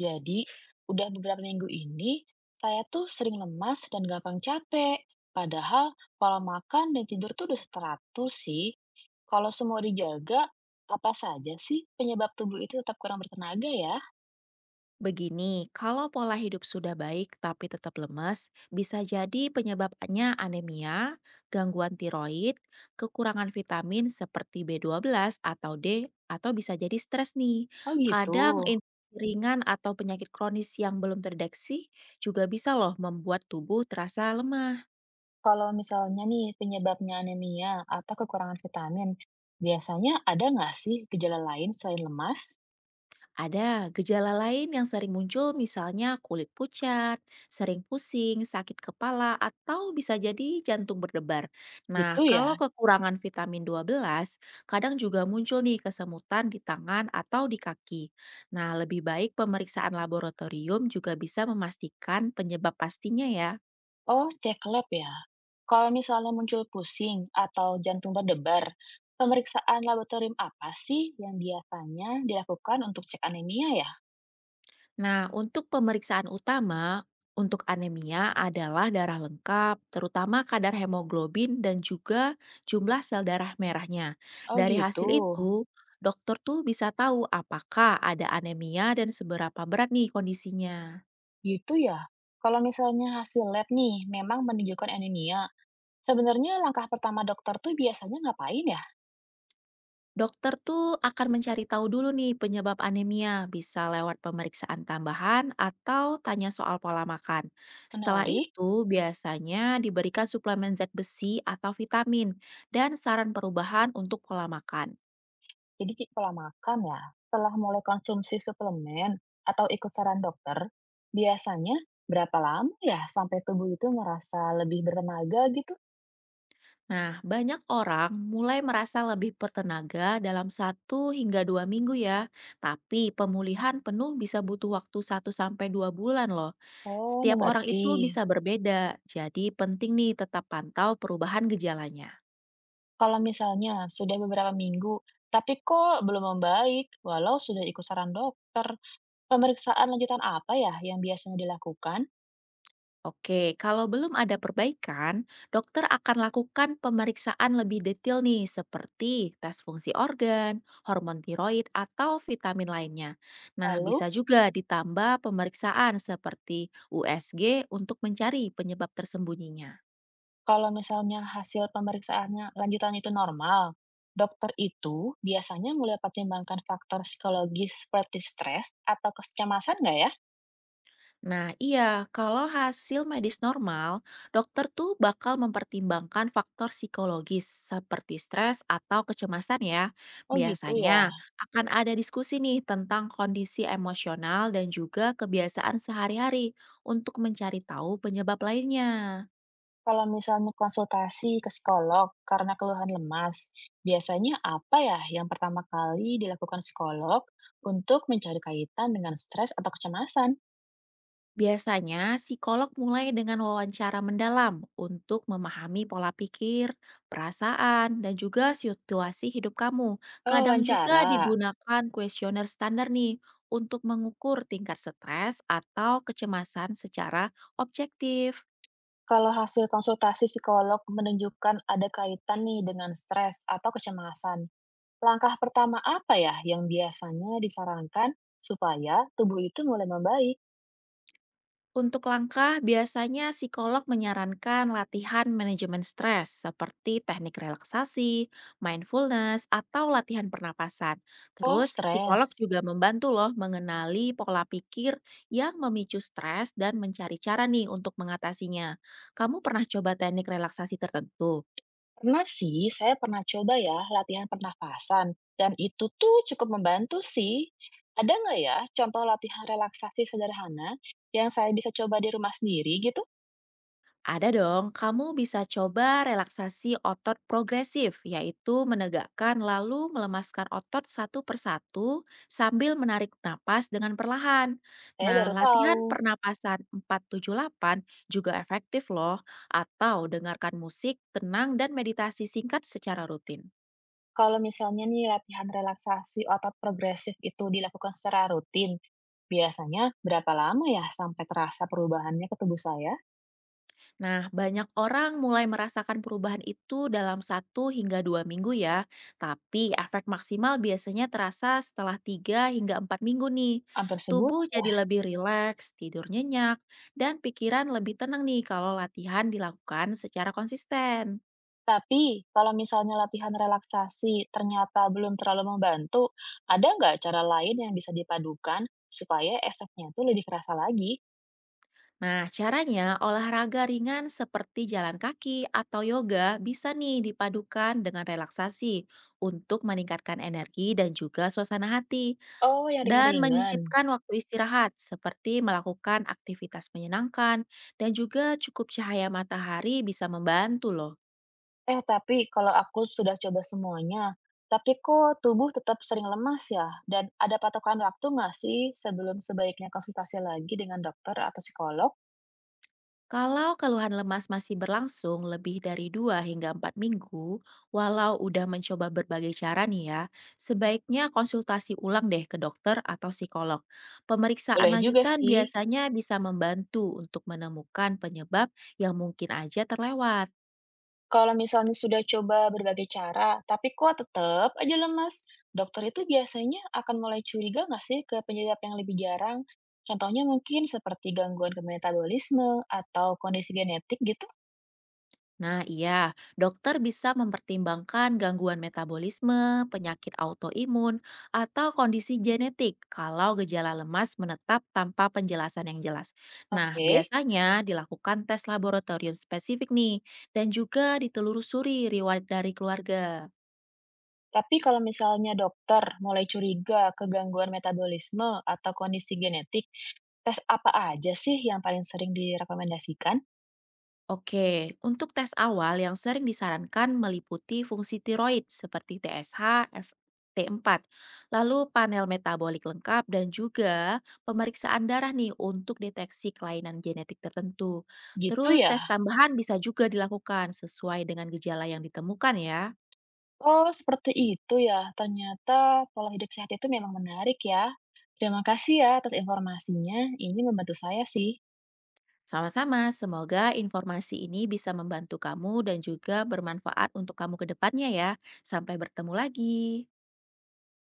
Jadi, udah beberapa minggu ini, saya tuh sering lemas dan gampang capek. Padahal pola makan dan tidur tuh udah teratur sih. Kalau semua dijaga, apa saja sih penyebab tubuh itu tetap kurang bertenaga ya? Begini, kalau pola hidup sudah baik tapi tetap lemes, bisa jadi penyebabnya anemia, gangguan tiroid, kekurangan vitamin seperti B12 atau D, atau bisa jadi stres nih. Oh gitu. Kadang infeksi ringan atau penyakit kronis yang belum terdeteksi juga bisa loh membuat tubuh terasa lemah. Kalau misalnya nih penyebabnya anemia atau kekurangan vitamin, biasanya ada nggak sih gejala lain selain lemas? Ada gejala lain yang sering muncul misalnya kulit pucat, sering pusing, sakit kepala, atau bisa jadi jantung berdebar. Nah, Gitu ya? kalau kekurangan vitamin 12, kadang juga muncul nih kesemutan di tangan atau di kaki. Nah, lebih baik pemeriksaan laboratorium juga bisa memastikan penyebab pastinya ya. Oh, cek lab ya. Kalau misalnya muncul pusing atau jantung berdebar, pemeriksaan laboratorium apa sih yang biasanya dilakukan untuk cek anemia ya? Nah, untuk pemeriksaan utama untuk anemia adalah darah lengkap, terutama kadar hemoglobin dan juga jumlah sel darah merahnya. Oh Dari gitu, hasil itu, dokter tuh bisa tahu apakah ada anemia dan seberapa berat nih kondisinya. gitu ya. Kalau misalnya hasil lab nih memang menunjukkan anemia, sebenarnya langkah pertama dokter tuh biasanya ngapain ya? Dokter tuh akan mencari tahu dulu nih penyebab anemia, bisa lewat pemeriksaan tambahan atau tanya soal pola makan. Setelah Menarik. itu, biasanya diberikan suplemen zat besi atau vitamin dan saran perubahan untuk pola makan. Jadi pola makan ya. Setelah mulai konsumsi suplemen atau ikut saran dokter, biasanya berapa lama ya sampai tubuh itu ngerasa lebih bertenaga gitu? Nah, banyak orang mulai merasa lebih bertenaga dalam satu hingga dua minggu ya. Tapi pemulihan penuh bisa butuh waktu satu sampai 2 bulan loh. Oh, Setiap orang mengerti. itu bisa berbeda, jadi penting nih tetap pantau perubahan gejalanya. Kalau misalnya sudah beberapa minggu, tapi kok belum membaik, walau sudah ikut saran dokter, pemeriksaan lanjutan apa ya yang biasanya dilakukan? Oke, kalau belum ada perbaikan, dokter akan lakukan pemeriksaan lebih detail nih, seperti tes fungsi organ, hormon tiroid, atau vitamin lainnya. Nah, Lalu, bisa juga ditambah pemeriksaan seperti USG untuk mencari penyebab tersembunyinya. kalau misalnya hasil pemeriksaannya lanjutan itu normal, dokter itu biasanya mulai pertimbangkan faktor psikologis seperti stres atau kecemasan nggak ya? Nah, iya, kalau hasil medis normal, dokter tuh bakal mempertimbangkan faktor psikologis seperti stres atau kecemasan ya. Oh gitu ya. Biasanya akan ada diskusi nih tentang kondisi emosional dan juga kebiasaan sehari-hari untuk mencari tahu penyebab lainnya. Kalau misalnya konsultasi ke psikolog karena keluhan lemas, biasanya apa ya yang pertama kali dilakukan psikolog untuk mencari kaitan dengan stres atau kecemasan? Biasanya, psikolog mulai dengan wawancara mendalam untuk memahami pola pikir, perasaan, dan juga situasi hidup kamu. Oh, Kadang juga wawancara. digunakan kuesioner standar nih untuk mengukur tingkat stres atau kecemasan secara objektif. Kalau hasil konsultasi psikolog menunjukkan ada kaitan nih dengan stres atau kecemasan, langkah pertama apa ya yang biasanya disarankan supaya tubuh itu mulai membaik? Untuk langkah, biasanya psikolog menyarankan latihan manajemen stres seperti teknik relaksasi, mindfulness, atau latihan pernapasan. Oh, Terus, stres. psikolog juga membantu loh mengenali pola pikir yang memicu stres dan mencari cara nih untuk mengatasinya. Kamu pernah coba teknik relaksasi tertentu? Pernah sih, saya pernah coba ya latihan pernafasan, dan itu tuh cukup membantu sih. Ada nggak ya contoh latihan relaksasi sederhana yang saya bisa coba di rumah sendiri gitu? Ada dong, kamu bisa coba relaksasi otot progresif, yaitu menegakkan lalu melemaskan otot satu persatu sambil menarik napas dengan perlahan. Saya Nah, baru tahu. latihan pernapasan 478 juga efektif loh, atau dengarkan musik, tenang, dan meditasi singkat secara rutin. Kalau misalnya nih latihan relaksasi otot progresif itu dilakukan secara rutin, biasanya berapa lama ya sampai terasa perubahannya ke tubuh saya? Nah, banyak orang mulai merasakan perubahan itu dalam satu hingga dua minggu ya, tapi efek maksimal biasanya terasa setelah tiga hingga empat minggu nih. Hampir sebulan. Tubuh jadi lebih rileks, tidur nyenyak, dan pikiran lebih tenang nih kalau latihan dilakukan secara konsisten. Tapi, kalau misalnya latihan relaksasi ternyata belum terlalu membantu, ada nggak cara lain yang bisa dipadukan supaya efeknya itu lebih kerasa lagi? Nah, caranya olahraga ringan seperti jalan kaki atau yoga bisa nih dipadukan dengan relaksasi untuk meningkatkan energi dan juga suasana hati. Oh, yang Dan ringan-ringan. menyisipkan waktu istirahat, seperti melakukan aktivitas menyenangkan dan juga cukup cahaya matahari bisa membantu loh. Eh, tapi kalau aku sudah coba semuanya, tapi kok tubuh tetap sering lemas ya? Dan ada patokan waktu nggak sih sebelum sebaiknya konsultasi lagi dengan dokter atau psikolog? Kalau keluhan lemas masih berlangsung lebih dari 2 hingga 4 minggu, walau udah mencoba berbagai cara nih ya, sebaiknya konsultasi ulang deh ke dokter atau psikolog. Pemeriksaan Boleh juga lanjutan sih. biasanya bisa membantu untuk menemukan penyebab yang mungkin aja terlewat. Kalau misalnya sudah coba berbagai cara, tapi kok tetap aja lemas, dokter itu biasanya akan mulai curiga nggak sih ke penyebab yang lebih jarang? Contohnya mungkin seperti gangguan ke metabolisme atau kondisi genetik gitu. Nah, iya, dokter bisa mempertimbangkan gangguan metabolisme, penyakit autoimun, atau kondisi genetik kalau gejala lemas menetap tanpa penjelasan yang jelas. Nah, Oke, biasanya dilakukan tes laboratorium spesifik nih, dan juga ditelusuri riwayat dari keluarga. tapi kalau misalnya dokter mulai curiga ke gangguan metabolisme atau kondisi genetik, tes apa aja sih yang paling sering direkomendasikan? Oke, untuk tes awal yang sering disarankan meliputi fungsi tiroid seperti TSH, FT4, lalu panel metabolik lengkap dan juga pemeriksaan darah nih untuk deteksi kelainan genetik tertentu. Gitu Terus ya. tes tambahan bisa juga dilakukan sesuai dengan gejala yang ditemukan ya. Oh, seperti itu ya. Ternyata pola hidup sehat itu memang menarik ya. Terima kasih ya atas informasinya. Ini membantu saya sih. Sama-sama, semoga informasi ini bisa membantu kamu dan juga bermanfaat untuk kamu ke depannya ya. Sampai bertemu lagi.